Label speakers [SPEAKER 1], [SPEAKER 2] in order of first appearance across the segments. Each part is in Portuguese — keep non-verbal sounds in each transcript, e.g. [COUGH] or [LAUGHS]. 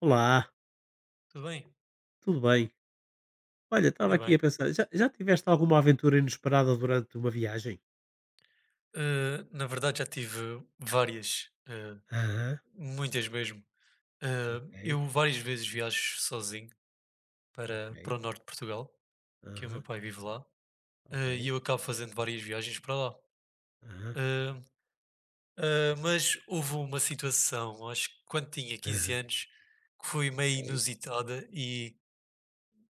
[SPEAKER 1] Olá,
[SPEAKER 2] Tudo bem?
[SPEAKER 1] tudo bem? Olha, estava
[SPEAKER 2] Ainda
[SPEAKER 1] aqui a
[SPEAKER 2] bem.
[SPEAKER 1] pensar, já tiveste alguma aventura inesperada durante uma viagem?
[SPEAKER 2] Na verdade, já tive várias,
[SPEAKER 1] Aham,
[SPEAKER 2] muitas mesmo. Eh,
[SPEAKER 1] ok,
[SPEAKER 2] eu várias vezes viajo sozinho
[SPEAKER 1] ok,
[SPEAKER 2] para o norte de Portugal, que o meu
[SPEAKER 1] aham,
[SPEAKER 2] pai vive lá,
[SPEAKER 1] ok,
[SPEAKER 2] e eu acabo fazendo várias viagens para lá.
[SPEAKER 1] aham,
[SPEAKER 2] Eh, mas houve uma situação, acho que quando tinha quinze
[SPEAKER 1] aham,
[SPEAKER 2] anos, que foi meio
[SPEAKER 1] ok,
[SPEAKER 2] inusitada e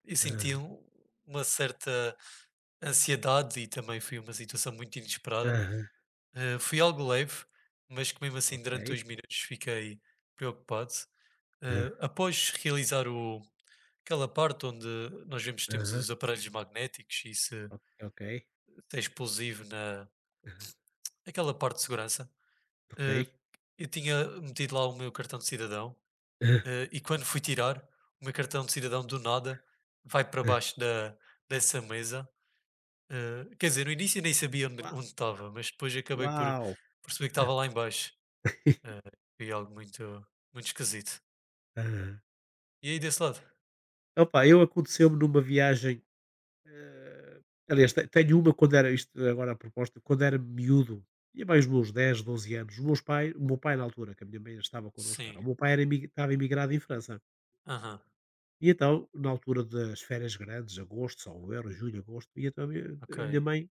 [SPEAKER 2] eu
[SPEAKER 1] aham,
[SPEAKER 2] uma certa ansiedade e também foi uma situação muito inesperada.
[SPEAKER 1] aham,
[SPEAKER 2] Fui algo leve, mas que mesmo assim
[SPEAKER 1] ok,
[SPEAKER 2] durante 2 minutos fiquei preocupado.
[SPEAKER 1] aham,
[SPEAKER 2] Após aquela parte onde nós vemos que temos
[SPEAKER 1] aham,
[SPEAKER 2] os aparelhos magnéticos e
[SPEAKER 1] ok, ok,
[SPEAKER 2] se é explosivo
[SPEAKER 1] aham,
[SPEAKER 2] aquela parte de segurança,
[SPEAKER 1] ok,
[SPEAKER 2] eh, eu tinha metido lá o meu cartão de cidadão,
[SPEAKER 1] aham,
[SPEAKER 2] e quando fui tirar, o meu cartão de cidadão do nada vai para
[SPEAKER 1] aham.
[SPEAKER 2] baixo dessa mesa. Quer dizer, no início eu nem sabia onde
[SPEAKER 1] Uau!
[SPEAKER 2] onde estava, mas depois acabei por
[SPEAKER 1] Uau.
[SPEAKER 2] perceber que estava lá em baixo. Eh,
[SPEAKER 1] [LAUGHS]
[SPEAKER 2] Foi algo muito, muito esquisito.
[SPEAKER 1] Aham.
[SPEAKER 2] E aí desse lado?
[SPEAKER 1] Opa, eu aconteceu-me numa viagem. Eh, Aliás, te tenho uma quando era isto agora a proposta quando era miúdo, tinha mais meus 10, 12 anos, o meu pai na altura, que a minha mãe estava connosco cá,
[SPEAKER 2] Sim.
[SPEAKER 1] o meu pai era, estava emigrado em França.
[SPEAKER 2] Aham.
[SPEAKER 1] E então, na altura das férias grandes, agosto, salvo julho, agosto, e então
[SPEAKER 2] Ok.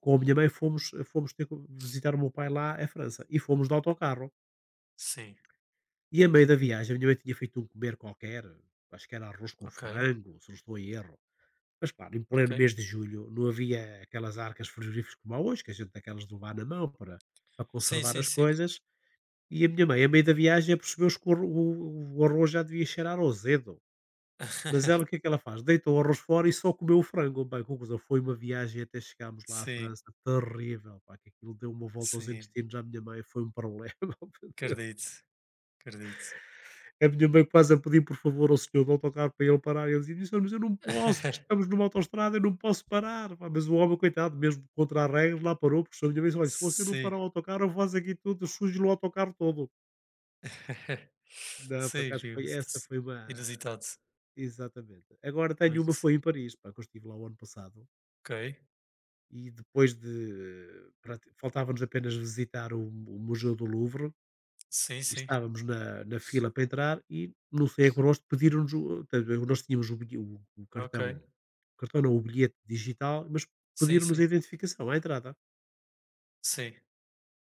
[SPEAKER 1] com a minha mãe fomos ter visitar o meu pai lá à França. E fomos de autocarro.
[SPEAKER 2] Sim.
[SPEAKER 1] E a meio da viagem, a minha mãe tinha feito um comer qualquer, acho que era arroz com
[SPEAKER 2] Ok.
[SPEAKER 1] frango, se não estou em erro. Mas claro, em pleno
[SPEAKER 2] Ok.
[SPEAKER 1] mês de julho não havia aquelas arcas frigoríficas como há hoje, que a gente tem aquelas de levar na mão para
[SPEAKER 2] Sim,
[SPEAKER 1] conservar
[SPEAKER 2] sim,
[SPEAKER 1] as
[SPEAKER 2] sim.
[SPEAKER 1] coisas. E a minha mãe, a meio da viagem, percebeu-se que o arroz já devia cheirar ao azedo. Mas ela, o que
[SPEAKER 2] [LAUGHS]
[SPEAKER 1] é que ela faz? Deita o arroz fora e só comeu o frango. Bem, conclusão, foi uma viagem até chegarmos lá à
[SPEAKER 2] Sim.
[SPEAKER 1] França terrível, pá, que aquilo deu uma volta aos
[SPEAKER 2] Sim.
[SPEAKER 1] intestinos à minha mãe, foi um [LAUGHS] problema.
[SPEAKER 2] Acredito. Acredito.
[SPEAKER 1] A minha mãe quase a pedir, por favor, ao senhor do autocarro para ele parar. E eu dizia: "Mas senhor, mas eu não posso, porque estamos
[SPEAKER 2] [LAUGHS]
[SPEAKER 1] numa autoestrada, eu não posso parar". Pá, mas o homem, coitado, mesmo contra a regra, lá parou, porque a minha mãe disse: "Olha, se você não
[SPEAKER 2] Sim.
[SPEAKER 1] parar o autocarro, eu faço aqui tudo, sujo-lhe o autocarro todo".
[SPEAKER 2] [LAUGHS]
[SPEAKER 1] Não, por
[SPEAKER 2] Sim,
[SPEAKER 1] acaso foi essa foi uma
[SPEAKER 2] inusitado.
[SPEAKER 1] exatamente. Agora tenho uma,
[SPEAKER 2] Muito.
[SPEAKER 1] foi em Paris, pá, que eu estive lá o ano passado,
[SPEAKER 2] Ok.
[SPEAKER 1] e depois de pronto, faltava-nos apenas visitar o Museu do Louvre.
[SPEAKER 2] Sim,
[SPEAKER 1] E
[SPEAKER 2] sim.
[SPEAKER 1] estávamos na fila para entrar e não sei a que rosto pediram-nos o portanto, nós tínhamos o
[SPEAKER 2] Ok.
[SPEAKER 1] cartão, o cartão não, o bilhete digital, mas
[SPEAKER 2] Sim,
[SPEAKER 1] pediram-nos a
[SPEAKER 2] sim.
[SPEAKER 1] identificação à entrada.
[SPEAKER 2] Sim.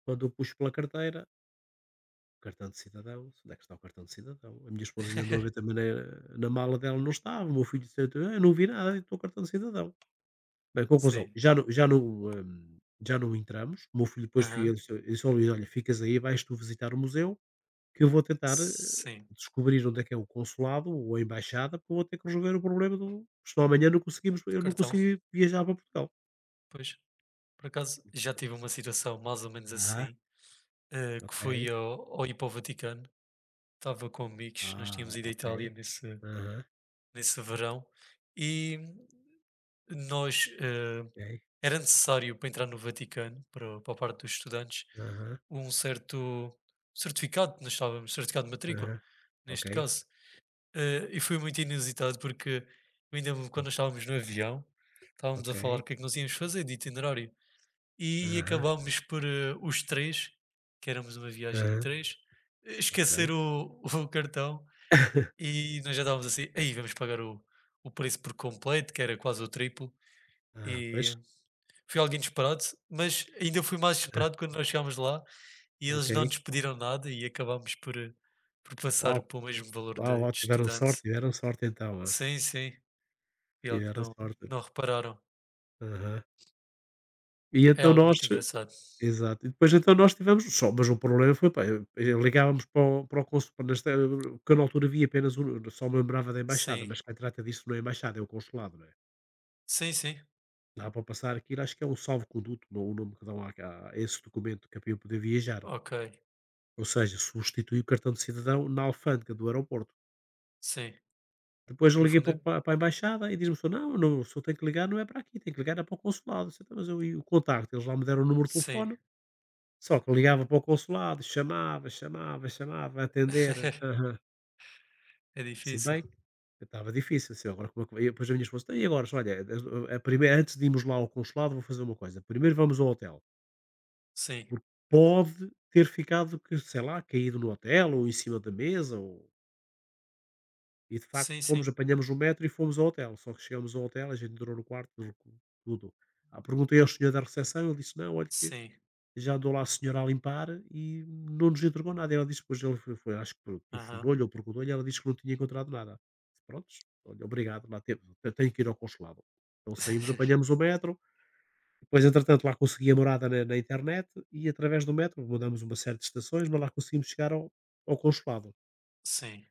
[SPEAKER 1] Quando eu puxo pela carteira, cartão de cidadão, onde é que está o cartão de cidadão? A minha esposa ainda andou a ver também
[SPEAKER 2] [LAUGHS]
[SPEAKER 1] na mala dela, não estava. O meu filho disse: "Ah, eu não vi nada, então o cartão de cidadão". Bem, conclusão,
[SPEAKER 2] Sim.
[SPEAKER 1] já não entramos. O meu filho depois fi
[SPEAKER 2] Aham.
[SPEAKER 1] ele disse: "Ó olha, ficas aí, vais tu visitar o museu", que eu vou tentar,
[SPEAKER 2] Sim.
[SPEAKER 1] descobrir onde é que é o consulado ou a embaixada, porque eu vou ter que resolver o problema do senão amanhã não conseguimos
[SPEAKER 2] Do
[SPEAKER 1] eu não
[SPEAKER 2] cartão.
[SPEAKER 1] consigo viajar para Portugal.
[SPEAKER 2] Pois. Por acaso, já tive uma situação mais ou menos
[SPEAKER 1] Ah,
[SPEAKER 2] assim. Eh, que fui
[SPEAKER 1] ok.
[SPEAKER 2] ao ir para o Vaticano, estava com amigos, nós
[SPEAKER 1] Ah,
[SPEAKER 2] tínhamos ido à
[SPEAKER 1] ok.
[SPEAKER 2] Itália
[SPEAKER 1] Aham,
[SPEAKER 2] nesse verão, e nós
[SPEAKER 1] ok.
[SPEAKER 2] era necessário para entrar no Vaticano, para a parte dos estudantes,
[SPEAKER 1] Aham,
[SPEAKER 2] um certo certificado, nós estávamos, certificado de matrícula,
[SPEAKER 1] aham. Ok.
[SPEAKER 2] neste caso. E foi muito inusitado porque eu
[SPEAKER 1] Ah,
[SPEAKER 2] quando nós estávamos no avião, estávamos a
[SPEAKER 1] ok.
[SPEAKER 2] falar o que é que nós íamos fazer de itinerário e
[SPEAKER 1] Aham,
[SPEAKER 2] acabámos por os três, que éramos uma viagem de
[SPEAKER 1] aham,
[SPEAKER 2] três,
[SPEAKER 1] ok.
[SPEAKER 2] esquecer [LAUGHS] o cartão,
[SPEAKER 1] [LAUGHS]
[SPEAKER 2] e nós já estávamos assim, aí vamos pagar o preço por completo, que era quase o triplo,
[SPEAKER 1] Ah, pois.
[SPEAKER 2] e foi algo inesperado, mas ainda foi mais
[SPEAKER 1] Hã,
[SPEAKER 2] esperado quando nós chegámos lá e eles não
[SPEAKER 1] ok.
[SPEAKER 2] nos pediram nada e acabámos por passar
[SPEAKER 1] Uau,
[SPEAKER 2] pelo mesmo valor
[SPEAKER 1] uau, uau,
[SPEAKER 2] de estudante.
[SPEAKER 1] tiveram sorte então, ah.
[SPEAKER 2] Sim, sim, foi algo que
[SPEAKER 1] Tiveram
[SPEAKER 2] não,
[SPEAKER 1] sorte.
[SPEAKER 2] não repararam.
[SPEAKER 1] Aham. E
[SPEAKER 2] É
[SPEAKER 1] então
[SPEAKER 2] algo
[SPEAKER 1] nós.
[SPEAKER 2] muito engraçado.
[SPEAKER 1] Exato. E depois então nós tivemos só mas o problema foi, pá, eu ligávamos para o consu nesta porque eu na altura via apenas o só me lembrava da embaixada,
[SPEAKER 2] Sim,
[SPEAKER 1] mas quem trata disso não é a embaixada, é o consulado, não é?
[SPEAKER 2] sim, sim.
[SPEAKER 1] Dá para passar aquilo, acho que é um salvo-conduto, não é o nome que dão à a esse documento que é para eu poder viajar.
[SPEAKER 2] Ok,
[SPEAKER 1] Ou seja, substitui o cartão de cidadão na alfândega do aeroporto.
[SPEAKER 2] sim.
[SPEAKER 1] Depois
[SPEAKER 2] Porque
[SPEAKER 1] eu
[SPEAKER 2] no
[SPEAKER 1] liguei
[SPEAKER 2] fundo
[SPEAKER 1] para
[SPEAKER 2] é.
[SPEAKER 1] o para para a embaixada e diz-me o "Não, não, só tenho que ligar não é para aqui, tem que ligar é para o consulado". Eu disse: "Então, mas eu e o contacto?". Eles lá me deram o número de
[SPEAKER 2] Sim.
[SPEAKER 1] telefone. Só que ligava para o consulado, chamava, chamava, chamava, a atender,
[SPEAKER 2] [LAUGHS]
[SPEAKER 1] aham,
[SPEAKER 2] É
[SPEAKER 1] se
[SPEAKER 2] difícil.
[SPEAKER 1] bem estava difícil, assim, agora como é que vai e depois a minha esposa: "Então e agora? Olha, a primeira antes de irmos lá ao consulado vou fazer uma coisa, primeiro vamos ao hotel,
[SPEAKER 2] Sim.
[SPEAKER 1] porque pode ter ficado que, sei lá, caído no hotel ou em cima da mesa ou" e de facto
[SPEAKER 2] Sim, sim.
[SPEAKER 1] fomos, apanhamos o metro e fomos ao hotel, só que chegamos ao hotel, a gente entrou no quarto, tudo tudo. Ah, perguntei ao senhor da recepção, ele disse: "Não, olha que"
[SPEAKER 2] Sim.
[SPEAKER 1] já andou lá a senhora a limpar e não nos entregou nada. Ela disse depois, ele foi, foi, acho que
[SPEAKER 2] Aham.
[SPEAKER 1] telefonou-lhe ou perguntou-lhe, ela disse que não tinha encontrado nada. Prontos, olha, obrigado, lá teve, tenho que ir ao consulado. Então saímos,
[SPEAKER 2] [LAUGHS]
[SPEAKER 1] apanhamos o metro, depois entretanto lá consegui a morada na internet e através do metro mudamos uma série de estações, mas lá conseguimos chegar ao, ao consulado.
[SPEAKER 2] Sim.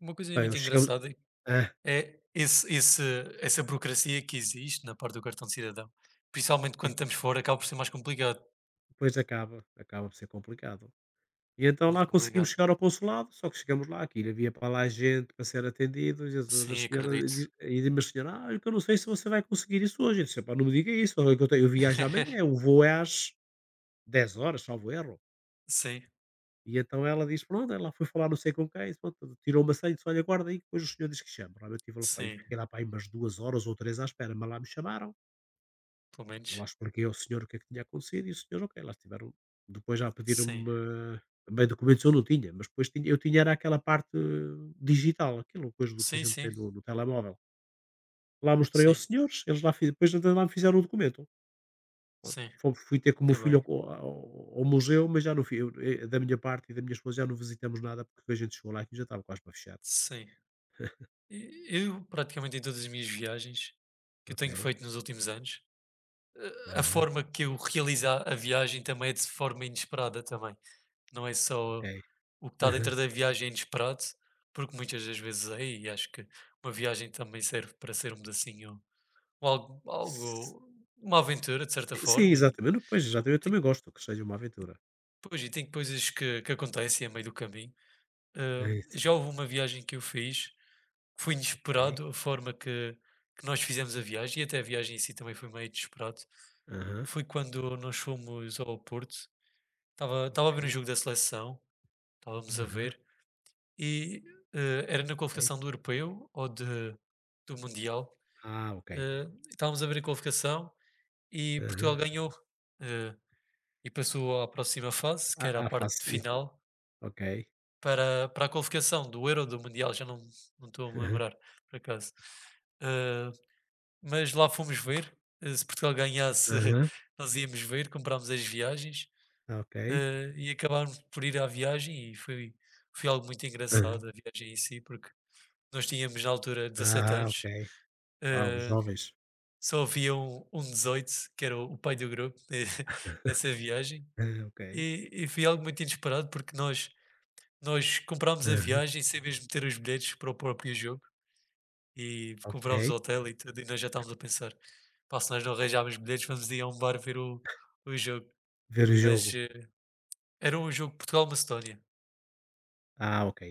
[SPEAKER 2] Uma coisa
[SPEAKER 1] Bem,
[SPEAKER 2] muito
[SPEAKER 1] chegamos...
[SPEAKER 2] engraçada
[SPEAKER 1] Ah,
[SPEAKER 2] é esse esse essa burocracia que existe na parte do cartão de cidadão, principalmente quando
[SPEAKER 1] isso
[SPEAKER 2] estamos fora, acaba por ser mais complicado.
[SPEAKER 1] depois acaba, acaba por ser complicado. E então
[SPEAKER 2] Muito
[SPEAKER 1] lá conseguimos
[SPEAKER 2] complicado.
[SPEAKER 1] chegar ao consulado, só que chegamos lá, aquilo havia para lá gente para ser atendido, Jesus, a
[SPEAKER 2] Sim,
[SPEAKER 1] senhora,
[SPEAKER 2] acredito.
[SPEAKER 1] diz-me a senhora, ah, eu que eu não sei se você vai conseguir isso hoje. Eu disse, "Epá, não me diga isso, olha eu, tenho, eu viajo
[SPEAKER 2] [LAUGHS]
[SPEAKER 1] amanhã, o voo é às 10 horas, salvo erro".
[SPEAKER 2] Sim,
[SPEAKER 1] E então ela disse, pronto, ela foi falar não sei com quem, pronto, tirou uma senha, disse, olha, guarda aí, que depois o senhor diz que chama. Realmente eu tive lá, pá, e
[SPEAKER 2] sim.
[SPEAKER 1] fiquei lá para aí umas 2 horas ou 3 à espera, mas lá me chamaram.
[SPEAKER 2] Pelo
[SPEAKER 1] Eu lá
[SPEAKER 2] menos.
[SPEAKER 1] expliquei ao senhor o que é que tinha acontecido e o senhor, ok, lá estiveram. Depois já
[SPEAKER 2] Sim.
[SPEAKER 1] pediram-me bem documentos eu não tinha, mas depois tinha, eu tinha era aquela parte digital, aquilo coisa do que a
[SPEAKER 2] Sim,
[SPEAKER 1] gente tem
[SPEAKER 2] sim.
[SPEAKER 1] no telemóvel. Lá mostrei aos
[SPEAKER 2] Sim,
[SPEAKER 1] senhores, eles lá, depois ainda lá me fizeram o documento. Pronto.
[SPEAKER 2] sim.
[SPEAKER 1] Fui ter com o meu
[SPEAKER 2] Ainda
[SPEAKER 1] filho
[SPEAKER 2] bem.
[SPEAKER 1] ao, ao museu, mas já não fui. Da minha parte e da minha esposa já não visitamos nada porque a gente chegou lá e já estava quase para fechar.
[SPEAKER 2] Sim. E eu praticamente em todas as minhas viagens que eu tenho
[SPEAKER 1] Ok.
[SPEAKER 2] feito nos últimos anos, a
[SPEAKER 1] Aham,
[SPEAKER 2] forma que eu realizo a viagem também é de forma inesperada também. Não é
[SPEAKER 1] ok.
[SPEAKER 2] só o que está
[SPEAKER 1] Aham.
[SPEAKER 2] dentro da viagem é inesperado, porque muitas das vezes é, e acho que uma viagem também serve para ser um pedacinho, ou algo,
[SPEAKER 1] S-
[SPEAKER 2] algo uma aventura de certa
[SPEAKER 1] Sim,
[SPEAKER 2] forma, e
[SPEAKER 1] exatamente. Pois, exatamente. Eu
[SPEAKER 2] tem,
[SPEAKER 1] também gosto que seja uma aventura.
[SPEAKER 2] pois, e tem coisas que acontecem a meio do caminho.
[SPEAKER 1] É
[SPEAKER 2] Ah,
[SPEAKER 1] isso.
[SPEAKER 2] já houve uma viagem que eu fiz, que foi
[SPEAKER 1] Ok.
[SPEAKER 2] inesperado a forma que nós fizemos a viagem, e até a viagem em si também foi meio inesperado.
[SPEAKER 1] Aham,
[SPEAKER 2] Foi quando nós fomos ao Porto. Estava a ver um
[SPEAKER 1] ok.
[SPEAKER 2] jogo da seleção, estávamos a
[SPEAKER 1] Aham,
[SPEAKER 2] ver, e, era na
[SPEAKER 1] ok.
[SPEAKER 2] qualificação do europeu ou de do mundial,
[SPEAKER 1] Ah, ok.
[SPEAKER 2] estávamos a ver a qualificação e Portugal
[SPEAKER 1] Aham.
[SPEAKER 2] ganhou, eh, e passou à próxima fase, que
[SPEAKER 1] Ah
[SPEAKER 2] era a
[SPEAKER 1] ah,
[SPEAKER 2] parte
[SPEAKER 1] facilita.
[SPEAKER 2] final,
[SPEAKER 1] Ok.
[SPEAKER 2] para a qualificação do euro ou do mundial, já não estou a me
[SPEAKER 1] Aham,
[SPEAKER 2] lembrar, por acaso. Eh, mas lá fomos ver, se Portugal ganhasse
[SPEAKER 1] aham,
[SPEAKER 2] [LAUGHS] nós íamos ver, comprámos as viagens.
[SPEAKER 1] ok.
[SPEAKER 2] E acabámos por ir à viagem e foi algo muito
[SPEAKER 1] Aham.
[SPEAKER 2] engraçado a viagem em si, porque nós tínhamos na altura 17
[SPEAKER 1] Ah, ok.
[SPEAKER 2] anos,
[SPEAKER 1] Uau,
[SPEAKER 2] eh,
[SPEAKER 1] jovens.
[SPEAKER 2] só havia um 18 que era o pai do grupo, [LAUGHS]
[SPEAKER 1] [LAUGHS]
[SPEAKER 2] nessa viagem,
[SPEAKER 1] Ah, ok.
[SPEAKER 2] e foi algo muito inesperado, porque nós comprámos a
[SPEAKER 1] Aham,
[SPEAKER 2] viagem sem mesmo ter os bilhetes para o próprio jogo, e comprámos
[SPEAKER 1] ok.
[SPEAKER 2] o hotel e tudo, e nós já estávamos a pensar, pá, se nós não arranjarmos bilhetes, vamos ir a um bar ver o jogo.
[SPEAKER 1] Ver o
[SPEAKER 2] Mas
[SPEAKER 1] jogo.
[SPEAKER 2] era um jogo Portugal-Macedónia.
[SPEAKER 1] Ah, ok.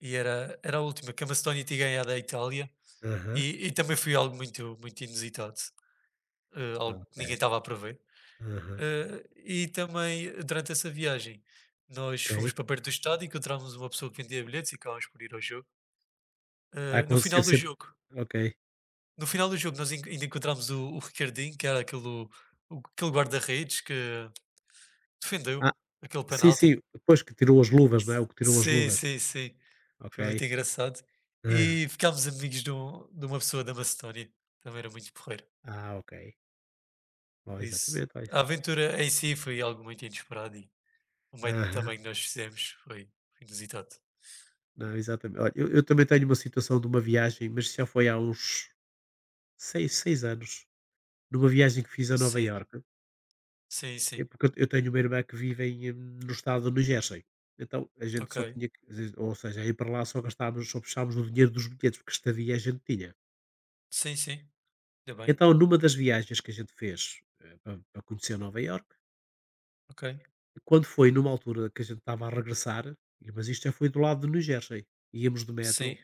[SPEAKER 2] Era a última que a Macedónia tinha ganhado à Itália
[SPEAKER 1] Aham,
[SPEAKER 2] e também foi algo muito, muito inusitado, algo que ninguém
[SPEAKER 1] ok.
[SPEAKER 2] estava a prever.
[SPEAKER 1] Aham,
[SPEAKER 2] Eh, e também durante essa viagem nós fomos
[SPEAKER 1] ok.
[SPEAKER 2] para perto do estádio e encontramos uma pessoa que vendia bilhetes e acabámos por ir ao jogo.
[SPEAKER 1] Ah,
[SPEAKER 2] No
[SPEAKER 1] acontecia
[SPEAKER 2] final do
[SPEAKER 1] sempre
[SPEAKER 2] jogo,
[SPEAKER 1] ok.
[SPEAKER 2] no final do jogo nós ainda encontramos o Ricardinho, que era aquele, aquele guarda-redes que defendeu
[SPEAKER 1] Ah,
[SPEAKER 2] aquele
[SPEAKER 1] sim, sim,
[SPEAKER 2] penalti.
[SPEAKER 1] depois que tirou as luvas, não é, o que tirou as
[SPEAKER 2] Sim,
[SPEAKER 1] luvas.
[SPEAKER 2] sim, sim.
[SPEAKER 1] Ok.
[SPEAKER 2] Foi muito engraçado.
[SPEAKER 1] Ah.
[SPEAKER 2] E ficámos amigos de uma pessoa da Macedónia. Também era muito porreiro.
[SPEAKER 1] Ah, ok. Oh,
[SPEAKER 2] Por isso,
[SPEAKER 1] exatamente, ó, isso.
[SPEAKER 2] a aventura em si foi algo muito inesperado e o método
[SPEAKER 1] Aham.
[SPEAKER 2] também que nós fizemos foi inusitado.
[SPEAKER 1] Não, exatamente. Olha, eu também tenho uma situação de uma viagem, mas já foi há uns 6, 6 anos, numa viagem que fiz a Nova
[SPEAKER 2] Sim,
[SPEAKER 1] Iorque,
[SPEAKER 2] sim,
[SPEAKER 1] é
[SPEAKER 2] sim.
[SPEAKER 1] porque eu tenho uma irmã que vive em, no estado do New Jersey. Então a gente
[SPEAKER 2] Ok.
[SPEAKER 1] só tinha ou seja, ir para lá só gastávamos, só puxávamos o dinheiro dos bilhetes, porque estadia a gente tinha.
[SPEAKER 2] Sim, sim. Ainda bem.
[SPEAKER 1] Então, numa das viagens que a gente fez para conhecer Nova Iorque,
[SPEAKER 2] Ok.
[SPEAKER 1] quando foi numa altura que a gente estava a regressar, mas isto já foi do lado do New Jersey, íamos do metro.
[SPEAKER 2] Sim.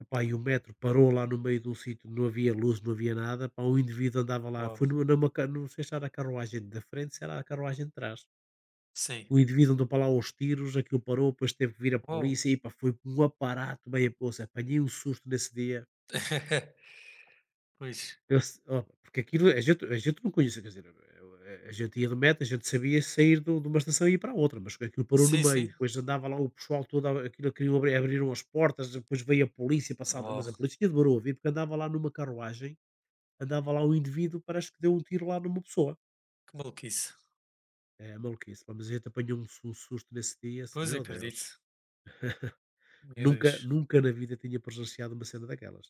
[SPEAKER 1] Epá, e o metro parou lá no meio de um sítio, não havia luz, não havia nada. Pá, um indivíduo andava lá,
[SPEAKER 2] Uau.
[SPEAKER 1] foi não sei se era a carruagem da frente, se era a carruagem de trás.
[SPEAKER 2] Sim.
[SPEAKER 1] O indivíduo andou para lá aos tiros, aquilo parou, depois teve que vir a
[SPEAKER 2] Uau.
[SPEAKER 1] polícia e pá, foi um aparato meia poça. Apanhei um susto nesse dia.
[SPEAKER 2] [LAUGHS] Pois.
[SPEAKER 1] Eu se- Ó, porque aquilo a gente não conhecia, quer dizer, a gente ia de metro, a gente sabia sair de uma estação e ir para outra, mas aquilo parou no
[SPEAKER 2] Sim,
[SPEAKER 1] meio.
[SPEAKER 2] sim.
[SPEAKER 1] Depois andava lá o pessoal todo, aquilo queriam abrir, abriram as portas, depois veio a polícia passada,
[SPEAKER 2] Uau.
[SPEAKER 1] mas a polícia demorou a vir porque andava lá numa carruagem andava lá um indivíduo, parece que deu um tiro lá numa pessoa.
[SPEAKER 2] Que maluquice.
[SPEAKER 1] É maluquice, pá, mas a gente apanhou um, um susto nesse dia, assim,
[SPEAKER 2] Pois
[SPEAKER 1] meu Deus.
[SPEAKER 2] acredito. Meu
[SPEAKER 1] Nunca,
[SPEAKER 2] Deus.
[SPEAKER 1] nunca na vida tinha presenciado uma cena daquelas.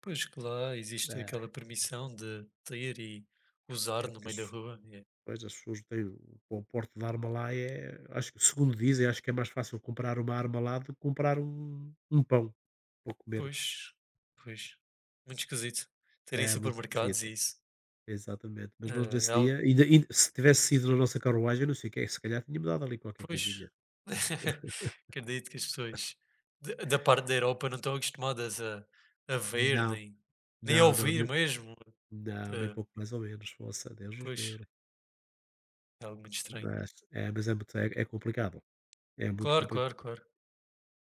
[SPEAKER 2] Pois que lá existe
[SPEAKER 1] É,
[SPEAKER 2] aquela permissão de ter e usar
[SPEAKER 1] é
[SPEAKER 2] no
[SPEAKER 1] porque
[SPEAKER 2] meio da rua. É.
[SPEAKER 1] pois, as pessoas têm o porte de arma lá é, acho que, segundo dizem, acho que é mais fácil comprar uma arma lá do que comprar um, um pão para comer.
[SPEAKER 2] Pois, pois, muito esquisito. Terem
[SPEAKER 1] É muito
[SPEAKER 2] supermercados
[SPEAKER 1] esquisito.
[SPEAKER 2] e isso.
[SPEAKER 1] Exatamente.
[SPEAKER 2] Ah,
[SPEAKER 1] Mas nós nesse
[SPEAKER 2] é
[SPEAKER 1] dia,
[SPEAKER 2] algo,
[SPEAKER 1] ainda, se tivesse sido na nossa carruagem, não sei o que é, se calhar tinha mudado ali qualquer
[SPEAKER 2] pois,
[SPEAKER 1] coisinha.
[SPEAKER 2] [LAUGHS] acredito que as pessoas da parte da Europa não estão acostumadas a ver,
[SPEAKER 1] Não,
[SPEAKER 2] nem, nem a
[SPEAKER 1] não,
[SPEAKER 2] ouvir
[SPEAKER 1] não.
[SPEAKER 2] mesmo.
[SPEAKER 1] Não, nem
[SPEAKER 2] Ah,
[SPEAKER 1] pouco mais ou menos, poça, Deus nos
[SPEAKER 2] pois,
[SPEAKER 1] livre.
[SPEAKER 2] é algo muito estranho.
[SPEAKER 1] Mas é muito, é, é complicado, é muito
[SPEAKER 2] Claro, claro,
[SPEAKER 1] complicado,
[SPEAKER 2] claro,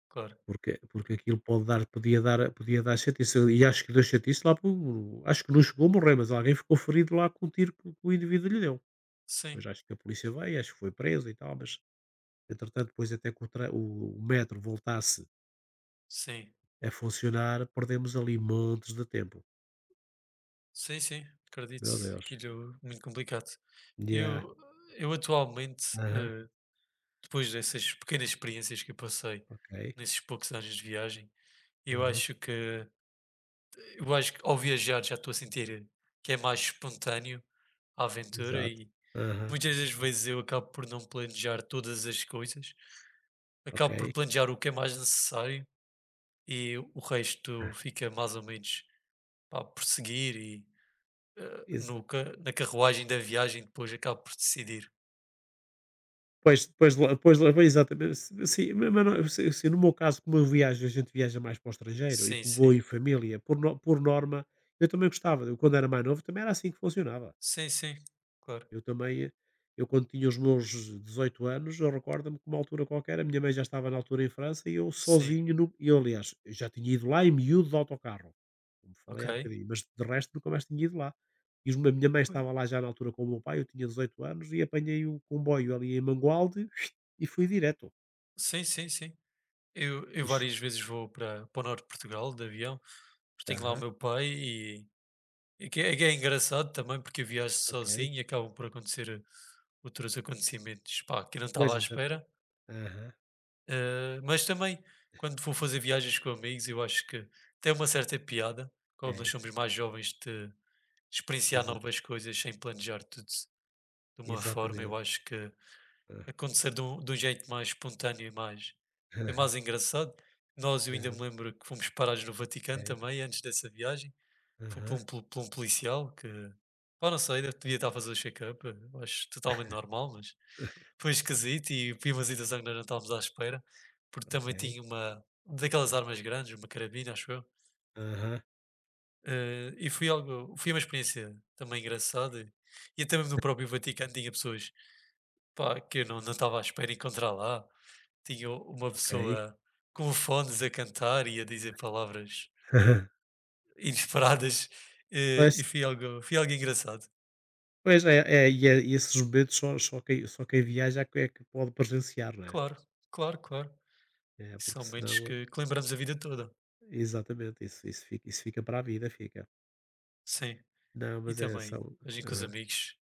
[SPEAKER 2] claro.
[SPEAKER 1] porque, porque aquilo pode dar, podia dar, podia dar chatice, e acho que deu chatice lá por, acho que não chegou a morrer, mas alguém ficou ferido lá com o tiro que o indivíduo lhe deu. Pois
[SPEAKER 2] Sim,
[SPEAKER 1] acho que a polícia veio, acho que foi preso e tal, mas entretanto depois até que o, o metro voltasse
[SPEAKER 2] sim,
[SPEAKER 1] a funcionar, perdemos ali montes de tempo.
[SPEAKER 2] sim, sim, acredito.
[SPEAKER 1] Meu Deus.
[SPEAKER 2] Aquilo é muito complicado.
[SPEAKER 1] Yeah.
[SPEAKER 2] Eu eu atualmente,
[SPEAKER 1] Aham.
[SPEAKER 2] depois dessas pequenas experiências que eu passei
[SPEAKER 1] Ok.
[SPEAKER 2] nesses poucos anos de viagem, eu
[SPEAKER 1] Aham.
[SPEAKER 2] acho que eu acho que ao viajar já estou a sentir que é mais espontâneo a aventura,
[SPEAKER 1] Exato.
[SPEAKER 2] e
[SPEAKER 1] Aham.
[SPEAKER 2] muitas das vezes eu acabo por não planejar todas as coisas,
[SPEAKER 1] Ok.
[SPEAKER 2] acabo por planejar o que é mais necessário e o resto
[SPEAKER 1] Ah,
[SPEAKER 2] fica mais ou menos, pá, por seguir e,
[SPEAKER 1] ex-
[SPEAKER 2] no ca na carruagem da viagem depois acabo por decidir.
[SPEAKER 1] Pois, depois, depois, pois, exatamente. Sim, mas se no meu caso, como eu viajo, a gente viaja mais para o estrangeiro e
[SPEAKER 2] Sim,
[SPEAKER 1] como vou em
[SPEAKER 2] sim.
[SPEAKER 1] família, por, por norma, eu também gostava. Eu, quando era mais novo, também era assim que funcionava.
[SPEAKER 2] Sim, sim, claro.
[SPEAKER 1] Eu também, eu quando tinha os meus 18 anos, eu recordo-me que uma altura qualquer, a minha mãe já estava na altura em França e eu
[SPEAKER 2] Sim,
[SPEAKER 1] sozinho, no, e eu aliás, eu já tinha ido lá em miúdo de autocarro, como
[SPEAKER 2] ok.
[SPEAKER 1] falei há bocadinho, mas de resto nunca mais tinha ido lá. E a minha mãe
[SPEAKER 2] Pois.
[SPEAKER 1] estava lá já na altura com o meu pai, eu tinha 18 anos, e apanhei o comboio ali em Mangualde [SNIFFS] e fui direto.
[SPEAKER 2] Sim, sim, sim. Eu
[SPEAKER 1] Ixi.
[SPEAKER 2] várias vezes vou para o norte de Portugal de avião, porque tenho lá o
[SPEAKER 1] Aham,
[SPEAKER 2] meu pai e que é engraçado também porque eu viajo
[SPEAKER 1] ok.
[SPEAKER 2] sozinho e acabam por acontecer outros acontecimentos pá, que eu não
[SPEAKER 1] Pois,
[SPEAKER 2] estava à
[SPEAKER 1] exato.
[SPEAKER 2] espera.
[SPEAKER 1] Aham,
[SPEAKER 2] Mas também quando vou fazer viagens com amigos, eu acho que tem uma certa piada, como nós
[SPEAKER 1] ok.
[SPEAKER 2] somos mais jovens, de experienciar
[SPEAKER 1] Exa
[SPEAKER 2] novas coisas sem planejar tudo de uma forma. Eu
[SPEAKER 1] exatamente.
[SPEAKER 2] acho que
[SPEAKER 1] Ah,
[SPEAKER 2] acontecer de um jeito mais espontâneo é mais
[SPEAKER 1] [LAUGHS]
[SPEAKER 2] engraçado. Nós, eu ainda me
[SPEAKER 1] não,
[SPEAKER 2] lembro que fomos parados no Vaticano
[SPEAKER 1] ok.
[SPEAKER 2] também, antes dessa viagem. Foi por
[SPEAKER 1] Aham,
[SPEAKER 2] um, por um policial que, pá, não sei, devia estar a fazer o check-up, acho totalmente normal, mas
[SPEAKER 1] [LAUGHS]
[SPEAKER 2] foi esquisito e foi uma situação que nós não estávamos à espera, porque também
[SPEAKER 1] ok.
[SPEAKER 2] tinha uma daquelas armas grandes, uma carabina, acho eu.
[SPEAKER 1] Aham.
[SPEAKER 2] Eh, e foi algo, foi uma experiência também engraçada. E até mesmo no próprio Vaticano tinha pessoas pá, que eu não, não estava à espera de encontrar lá. Tinha uma
[SPEAKER 1] Ok.
[SPEAKER 2] pessoa com fones a cantar e a dizer palavras
[SPEAKER 1] [LAUGHS]
[SPEAKER 2] inesperadas,
[SPEAKER 1] Pois,
[SPEAKER 2] e foi algo engraçado.
[SPEAKER 1] pois é, é, e esses momentos só, só quem viaja é que pode presenciar, não é?
[SPEAKER 2] Claro, claro, claro.
[SPEAKER 1] É,
[SPEAKER 2] E
[SPEAKER 1] porque
[SPEAKER 2] são momentos
[SPEAKER 1] senão,
[SPEAKER 2] que lembramos a vida toda.
[SPEAKER 1] exatamente, isso, isso fica para a vida, fica.
[SPEAKER 2] Sim.
[SPEAKER 1] Não,
[SPEAKER 2] E
[SPEAKER 1] mas é,
[SPEAKER 2] também
[SPEAKER 1] são.
[SPEAKER 2] a gente com os
[SPEAKER 1] Aham.
[SPEAKER 2] amigos.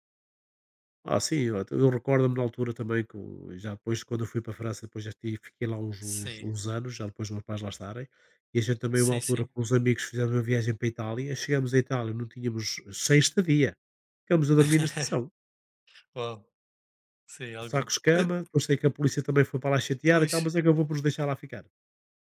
[SPEAKER 1] Ah, sim, eu recordo-me na altura também já depois, quando eu fui para a França, depois já tive, fiquei lá uns, uns,
[SPEAKER 2] Sim,
[SPEAKER 1] uns anos, já depois dos meus pais lá estarem, e a gente também, uma
[SPEAKER 2] sim,
[SPEAKER 1] altura,
[SPEAKER 2] sim.
[SPEAKER 1] com os amigos, fizemos uma viagem para a Itália, chegamos à Itália, não tínhamos sem estadia, ficamos a dormir na
[SPEAKER 2] [LAUGHS]
[SPEAKER 1] estação.
[SPEAKER 2] Uau, sim,
[SPEAKER 1] O
[SPEAKER 2] algo muito
[SPEAKER 1] saco-escama, depois sei que a polícia também foi para lá chatear e tal,
[SPEAKER 2] pois,
[SPEAKER 1] mas é que eu vou por os deixar lá ficar.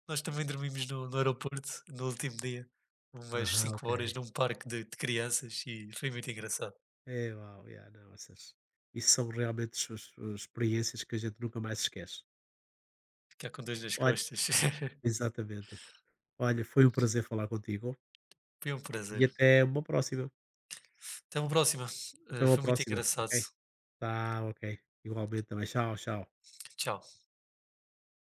[SPEAKER 2] nós também dormimos no aeroporto no último dia, umas
[SPEAKER 1] Aham,
[SPEAKER 2] 5
[SPEAKER 1] ok.
[SPEAKER 2] horas num parque de crianças e foi muito engraçado.
[SPEAKER 1] É, uau, yeah, não, essas, isso são realmente as suas experiências que a gente nunca mais esquece.
[SPEAKER 2] Ficar com 2 nas
[SPEAKER 1] Olha,
[SPEAKER 2] costas, [LAUGHS]
[SPEAKER 1] exatamente. Olha, foi um prazer falar contigo
[SPEAKER 2] foi um
[SPEAKER 1] e
[SPEAKER 2] prazer.
[SPEAKER 1] até uma próxima.
[SPEAKER 2] Até uma próxima.
[SPEAKER 1] Até uma
[SPEAKER 2] Foi muito
[SPEAKER 1] próxima,
[SPEAKER 2] engraçado.
[SPEAKER 1] ok? Tá, ok. Igualmente também. Tchau, tchau.
[SPEAKER 2] Tchau.